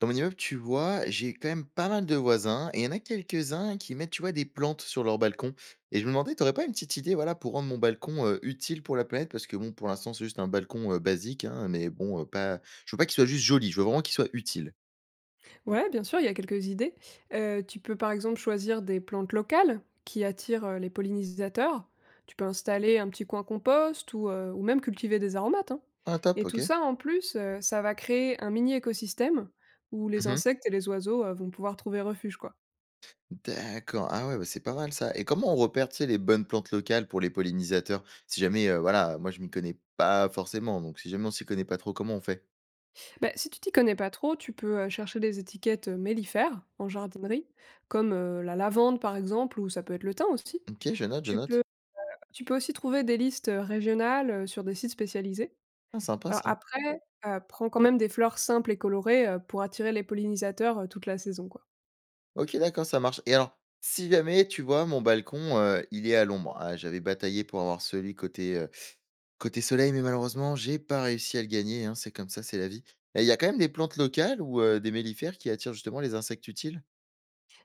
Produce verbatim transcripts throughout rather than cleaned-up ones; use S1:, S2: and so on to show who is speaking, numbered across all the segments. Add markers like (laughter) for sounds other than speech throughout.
S1: Dans mon immeuble, tu vois, j'ai quand même pas mal de voisins et il y en a quelques-uns qui mettent, tu vois, des plantes sur leur balcon. Et je me demandais, t'aurais pas une petite idée, voilà, pour rendre mon balcon euh, utile pour la planète? Parce que bon, pour l'instant, c'est juste un balcon euh, basique, hein, mais bon, euh, pas... je veux pas qu'il soit juste joli, je veux vraiment qu'il soit utile.
S2: Ouais, bien sûr, il y a quelques idées. Euh, tu peux par exemple choisir des plantes locales qui attirent euh, les pollinisateurs. Tu peux installer un petit coin compost ou, euh, ou même cultiver des aromates, hein.
S1: Ah, top,
S2: Et
S1: ok.
S2: tout ça, en plus, euh, ça va créer un mini écosystème où les
S1: Mhm.
S2: insectes et les oiseaux euh, vont pouvoir trouver refuge, quoi.
S1: D'accord, ah ouais, bah, c'est pas mal ça. Et comment on repère, tu sais, les bonnes plantes locales pour les pollinisateurs? Si jamais, euh, voilà, moi je m'y connais pas forcément, donc si jamais on s'y connaît pas trop, comment on fait?
S2: Bah, si tu t'y connais pas trop, tu peux euh, chercher des étiquettes euh, mellifères en jardinerie, comme euh, la lavande par exemple, ou ça peut être le thym aussi.
S1: Ok, je note, je
S2: Tu peux,
S1: note.
S2: tu peux aussi trouver des listes euh, régionales euh, sur des sites spécialisés.
S1: Ah, sympa
S2: Alors
S1: ça.
S2: après, heu, prends quand même des fleurs simples et colorées, heu, pour attirer les pollinisateurs, heu, toute la saison, quoi.
S1: OK, d'accord, ça marche et alors, si jamais, tu vois, mon balcon, heu, il est à l'ombre, ah, j'avais bataillé pour avoir celui côté, heu, côté soleil, mais malheureusement, j'ai pas réussi à le gagner, hein, c'est comme ça, c'est la vie et il y a quand même des plantes locales ou heu, des mellifères qui attirent justement les insectes utiles?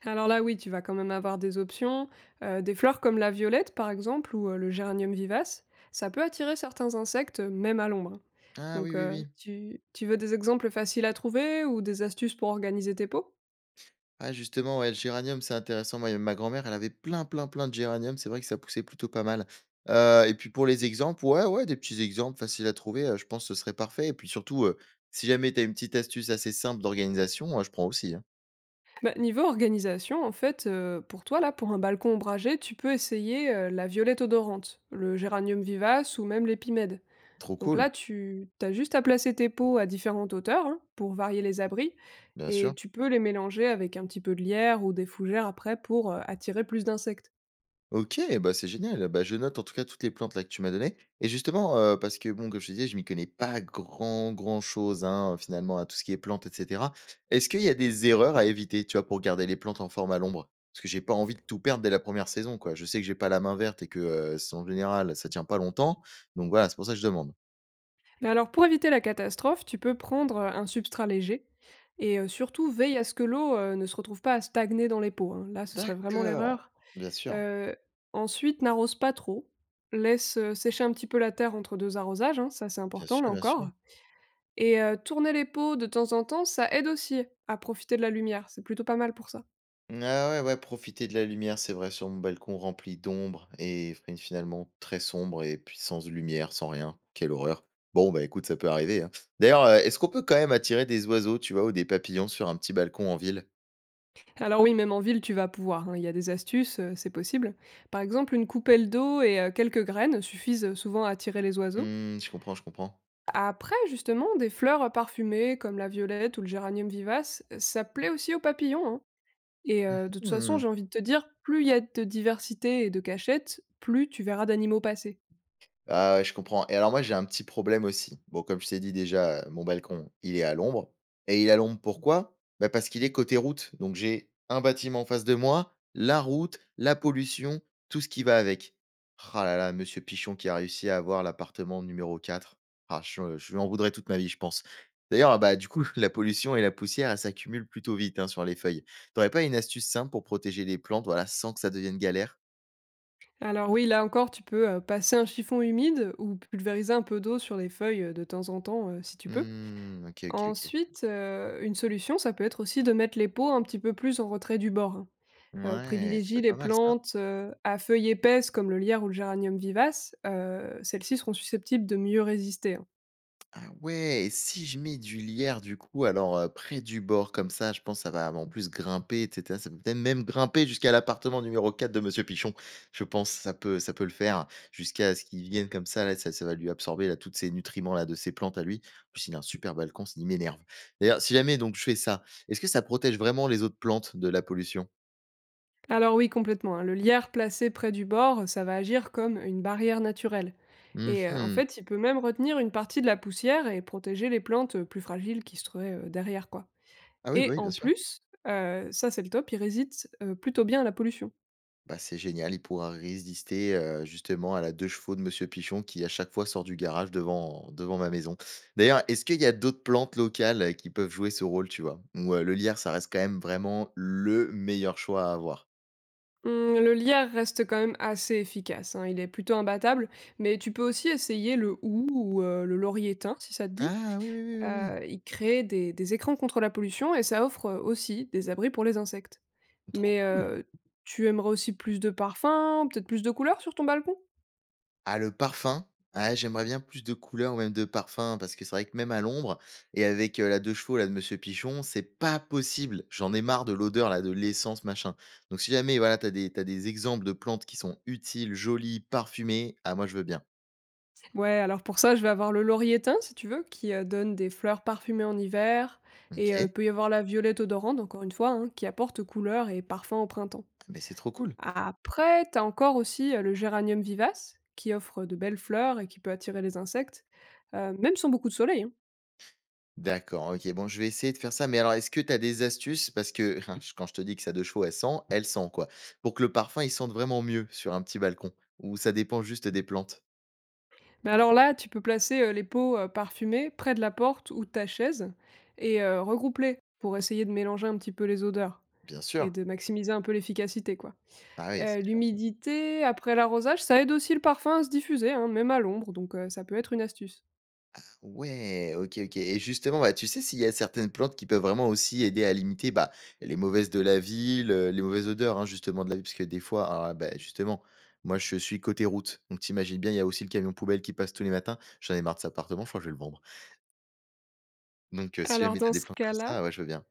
S2: Alors là, oui, tu vas quand même avoir des options. euh, des fleurs comme la violette, par exemple, ou euh, le géranium vivace, ça peut attirer certains insectes, euh, même à l'ombre.
S1: Ah oui,
S2: Donc,
S1: oui,
S2: euh,
S1: oui.
S2: tu, tu veux des exemples faciles à trouver ou des astuces pour organiser tes pots?
S1: Ah justement, ouais, le géranium, c'est intéressant. Moi, ma grand-mère, elle avait plein, plein, plein de géranium. C'est vrai que ça poussait plutôt pas mal, heu et puis pour les exemples, ouais, ouais, des petits exemples faciles à trouver, heu, je pense que ce serait parfait et puis surtout, heu, si jamais tu as une petite astuce assez simple d'organisation, moi, je prends aussi, hein.
S2: Bah, niveau organisation, en fait, euh, pour toi, là, pour un balcon ombragé, tu peux essayer euh, la violette odorante, le géranium vivace ou même l'épimède.
S1: Trop
S2: Donc là,
S1: cool,
S2: tu as juste à placer tes pots à différentes hauteurs, hein, pour varier les abris,
S1: bien
S2: et
S1: sûr.
S2: tu peux les mélanger avec un petit peu de lierre ou des fougères après pour, heu, attirer plus d'insectes.
S1: OK, bah, c'est génial. Bah, je note en tout cas toutes les plantes là que tu m'as données et justement, heu, parce que bon, comme je te disais, je m'y connais pas grand, grand chose, hein, finalement à tout ce qui est plantes et cetera. Est-ce qu'il y a des erreurs à éviter, tu vois, pour garder les plantes en forme à l'ombre? Parce que j'ai pas envie de tout perdre dès la première saison, quoi. Je sais que j'ai pas la main verte et que, heu, c'est en général, ça tient pas longtemps, donc voilà, c'est pour ça que je demande.
S2: Mais alors pour éviter la catastrophe, tu peux prendre, heu, un substrat léger et heu, surtout veille à ce que l'eau, heu, ne se retrouve pas à stagner dans les pots, hein. Là, ce serait vraiment
S1: D'accord.
S2: l'erreur.
S1: Bien sûr,
S2: Heu, ensuite, n'arrose pas trop, laisse, heu, sécher un petit peu la terre entre deux arrosages, hein, ça c'est
S1: bien
S2: important là
S1: sûr, bien sûr.
S2: encore. Et heu, tourner les pots de temps en temps, ça aide aussi à profiter de la lumière, c'est plutôt pas mal pour ça.
S1: Ah ouais, ouais, profiter de la lumière, c'est vrai, sur mon balcon rempli d'ombre et fin- finalement très sombre et puis sans lumière, sans rien. Quelle horreur. Bon, bah écoute, ça peut arriver, hein. D'ailleurs, euh, est-ce qu'on peut quand même attirer des oiseaux, tu vois, ou des papillons sur un petit balcon en ville?
S2: Alors oui, même en ville, tu vas pouvoir, hein, il y a des astuces, heu, c'est possible. Par exemple, une coupelle d'eau et heu, quelques graines suffisent, souvent à attirer les oiseaux.
S1: Hmm, je comprends, je comprends.
S2: Après, justement, des fleurs, parfumées comme la violette ou le géranium vivace, ça plaît aussi aux papillons, hein. Et heu, de toute façon,
S1: Mhm.
S2: j'ai envie de te dire, plus il y a de diversité et de cachettes, plus tu verras d'animaux passer.
S1: Ah ouais, je comprends. Et alors moi, j'ai un petit problème aussi. Bon, comme je t'ai dit déjà, heu, mon balcon, il est à l'ombre et il est à l'ombre pourquoi? Bah, parce qu'il est côté route. Donc j'ai un bâtiment en face de moi, la route, la pollution, tout ce qui va avec. Ah là là, monsieur Pichon qui a réussi à avoir l'appartement numéro quatre. Ah, je je lui en voudrais toute ma vie, je pense. D'ailleurs, ah bah, du coup, (laughs) la pollution et la poussière, elles s'accumulent plutôt vite, hein, sur les feuilles. T'aurais pas une astuce simple pour protéger les plantes, voilà, sans que ça devienne galère?
S2: Alors oui, là encore, tu peux, heu, passer un chiffon humide ou pulvériser un peu d'eau sur les feuilles, heu, de temps en temps, heu, si tu peux.
S1: Mmh, OK, OK, OK.
S2: Ensuite, heu, une solution, ça peut être aussi de mettre les pots un petit peu plus en retrait du bord, hein. Heu,
S1: Ouais, ça peut
S2: privilégie
S1: être
S2: les
S1: pas mal ça.
S2: plantes, heu, à feuilles épaisses comme le lierre ou le géranium vivace, heu, celles-ci seront susceptibles de mieux résister, hein.
S1: Ah ouais, et si je mets du lierre du coup, alors, heu, près du bord comme ça, je pense que ça va en plus grimper et cetera. Ça peut peut-être même grimper jusqu'à l'appartement numéro quatre de monsieur Pichon. Je pense que ça peut ça peut le faire jusqu'à ce qu'il vienne comme ça là, ça ça va lui absorber là toutes ces nutriments là de ses plantes à lui. En plus il a un super balcon, ça qui m'énerve. D'ailleurs, si jamais donc je fais ça, est-ce que ça protège vraiment les autres plantes de la pollution?
S2: Alors oui, complètement, hein, le lierre placé près du bord, ça va agir comme une barrière naturelle et heu, en
S1: Mmh.
S2: fait, il peut même retenir une partie de la poussière et protéger les plantes, heu, plus fragiles qui se trouveraient, heu, derrière, quoi.
S1: Ah oui, bah
S2: Et
S1: oui, bien
S2: en
S1: sûr.
S2: plus, heu, ça c'est le top, il résiste, heu, plutôt bien à la pollution.
S1: Bah, c'est génial, il pourra résister, heu, justement à la deux chevaux de monsieur Pichon qui à chaque fois sort du garage devant devant ma maison. D'ailleurs, est-ce qu'il y a d'autres plantes locales, heu, qui peuvent jouer ce rôle, tu vois? Ou, heu, le lierre, ça reste quand même vraiment le meilleur choix à avoir?
S2: Mmh, le lierre reste quand même assez efficace, hein, il est plutôt imbattable, mais tu peux aussi essayer le hou ou heu, le laurier thym, si ça te dit.
S1: Ah oui, oui, oui, oui, oui.
S2: Heu, ils créent des des écrans contre la pollution et ça offre, heu, aussi des abris pour les insectes.
S1: Trop
S2: Mais,
S1: cool.
S2: heu, tu aimerais aussi plus de parfums, peut-être plus de couleurs sur ton balcon?
S1: Ah le parfum? Ah j'aimerais bien plus de couleurs ou même de parfums parce que c'est vrai que même à l'ombre et avec, heu, la deux chevaux là de Monsieur Pichon, c'est pas possible. J'en ai marre de l'odeur là de l'essence machin. Donc si jamais voilà, t'as des t'as des exemples de plantes qui sont utiles, jolies, parfumées, ah moi je veux bien.
S2: Ouais, alors pour ça, je vais avoir le laurier thym, si tu veux, qui, heu, donne des fleurs parfumées en hiver et heu,
S1: OK,
S2: peut y avoir la violette odorante, encore une fois, hein, qui apporte couleur et parfum au printemps.
S1: mais c'est trop cool.
S2: Après, tu as encore aussi, heu, le géranium vivace qui offre de belles fleurs et qui peut attirer les insectes, heu, même sans beaucoup de soleil, hein.
S1: D'accord, OK. Bon je vais essayer de faire ça, mais alors est-ce que tu as des astuces? Parce que (laughs) hein, je- quand je te dis que sa deux chevaux, elle sent, elle sent quoi. Pour que le parfum, il sente vraiment mieux sur un petit balcon? Ou ça dépend juste des plantes?
S2: Mais alors là, tu peux placer, heu, les pots, heu, parfumés près de la porte ou de ta chaise et heu, regroupe pour essayer de mélanger un petit peu les odeurs
S1: Bien
S2: et
S1: sûr.
S2: de maximiser un peu l'efficacité, quoi.
S1: Ah oui, c'est
S2: Heu,
S1: sûr.
S2: l'humidité après l'arrosage, ça aide aussi le parfum à se diffuser, hein, même à l'ombre, donc heu, ça peut être une astuce.
S1: Ouais, OK, OK et justement, bah, tu sais s'il y a certaines plantes qui peuvent vraiment aussi aider à limiter, bah, les mauvaises de la ville, heu, les mauvaises odeurs, hein, justement de la ville? Parce que des fois, alors, bah, justement, moi je suis côté route, donc t'imagines bien, il y a aussi le camion poubelle qui passe tous les matins. J'en ai marre de cet appartement, je crois que je vais le vendre. Donc heu, si
S2: Alors
S1: jamais t'as
S2: dans
S1: des
S2: ce
S1: plantes comme
S2: cas-là
S1: ça, ouais, je veux bien.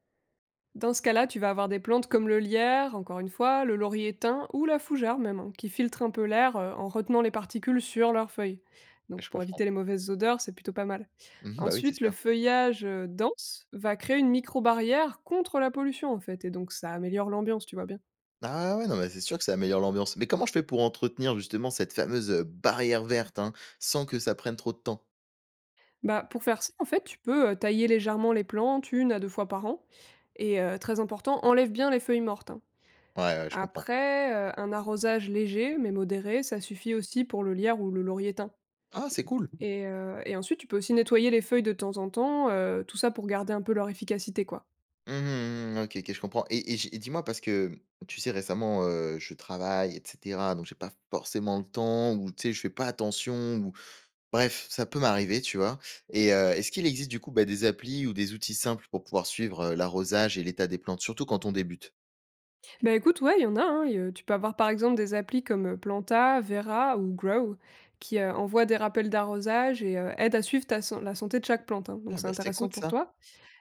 S2: Dans ce cas-là, tu vas avoir des plantes comme le lierre, encore une fois, le laurier thym ou la fougère même, hein, qui filtrent un peu l'air euh, en retenant les particules sur leurs feuilles. Donc
S1: Je
S2: pour éviter
S1: comprends.
S2: les mauvaises odeurs, c'est plutôt pas mal.
S1: Mmh bah, oui,
S2: Ensuite,
S1: c'est
S2: le
S1: sûr.
S2: feuillage euh, dense va créer une micro-barrière contre la pollution en fait, et donc ça améliore l'ambiance, tu vois bien.
S1: Ah ouais, ouais, non, mais c'est sûr que ça améliore l'ambiance. Mais comment je fais pour entretenir justement cette fameuse, heu, barrière verte, hein, sans que ça prenne trop de temps?
S2: Bah pour faire ça, en fait, tu peux euh, tailler légèrement les plantes une à deux fois par an, et euh, très important, enlève bien les feuilles mortes, hein.
S1: Ouais, ouais, je comprends.
S2: Après, euh, un arrosage léger mais modéré, ça suffit aussi pour le lierre ou le laurier thym.
S1: Ah, c'est cool!
S2: Et heu et ensuite, tu peux aussi nettoyer les feuilles de temps en temps, heu, tout ça pour garder un peu leur efficacité, quoi.
S1: Mmh mh, mmh. OK, OK, je comprends et et j'ai et dis-moi parce que, tu sais récemment, heu, je travaille et cetera, donc j'ai pas forcément le temps ou tu sais, je fais pas attention ou bref, ça peut m'arriver, tu vois? Et heu, est-ce qu'il existe du coup, bah, des applis ou des outils simples pour pouvoir suivre, heu, l'arrosage et l'état des plantes, surtout quand on débute?
S2: Bah, écoute, ouais, il y en a, hein, et heu, tu peux avoir, par exemple, des applis comme, heu, Planta, Vera ou Grow qui, heu, envoient des rappels d'arrosage et heu, aident à suivre ta san la santé de chaque plante, hein, donc
S1: Ah
S2: c'est
S1: bah, c'est
S2: intéressant
S1: cool
S2: pour
S1: ça.
S2: toi.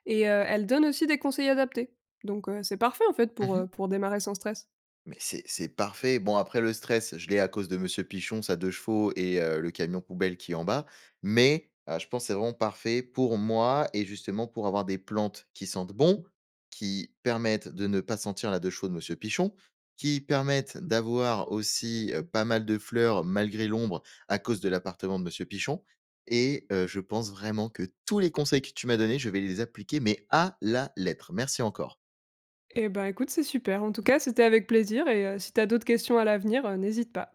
S2: Et heu, elle donne aussi des conseils adaptés. Donc heu, c'est parfait en fait pour, heu,
S1: Mmh.
S2: pour démarrer sans stress.
S1: Mais c'est c'est parfait. Bon, après le stress, je l'ai à cause de monsieur Pichon, sa deux chevaux et heu, le camion poubelle qui est en bas. Mais, heu, je pense que c'est vraiment parfait pour moi et justement pour avoir des plantes qui sentent bon, qui permettent de ne pas sentir la deux chevaux de monsieur Pichon, qui permettent d'avoir aussi, heu, pas mal de fleurs malgré l'ombre à cause de l'appartement de monsieur Pichon et heu, je pense vraiment que tous les conseils que tu m'as donnés, je vais les appliquer mais à la lettre. Merci encore.
S2: Et ben, écoute, c'est super. En tout cas, c'était avec plaisir et heu, si t'as d'autres questions à l'avenir, heu, n'hésite pas.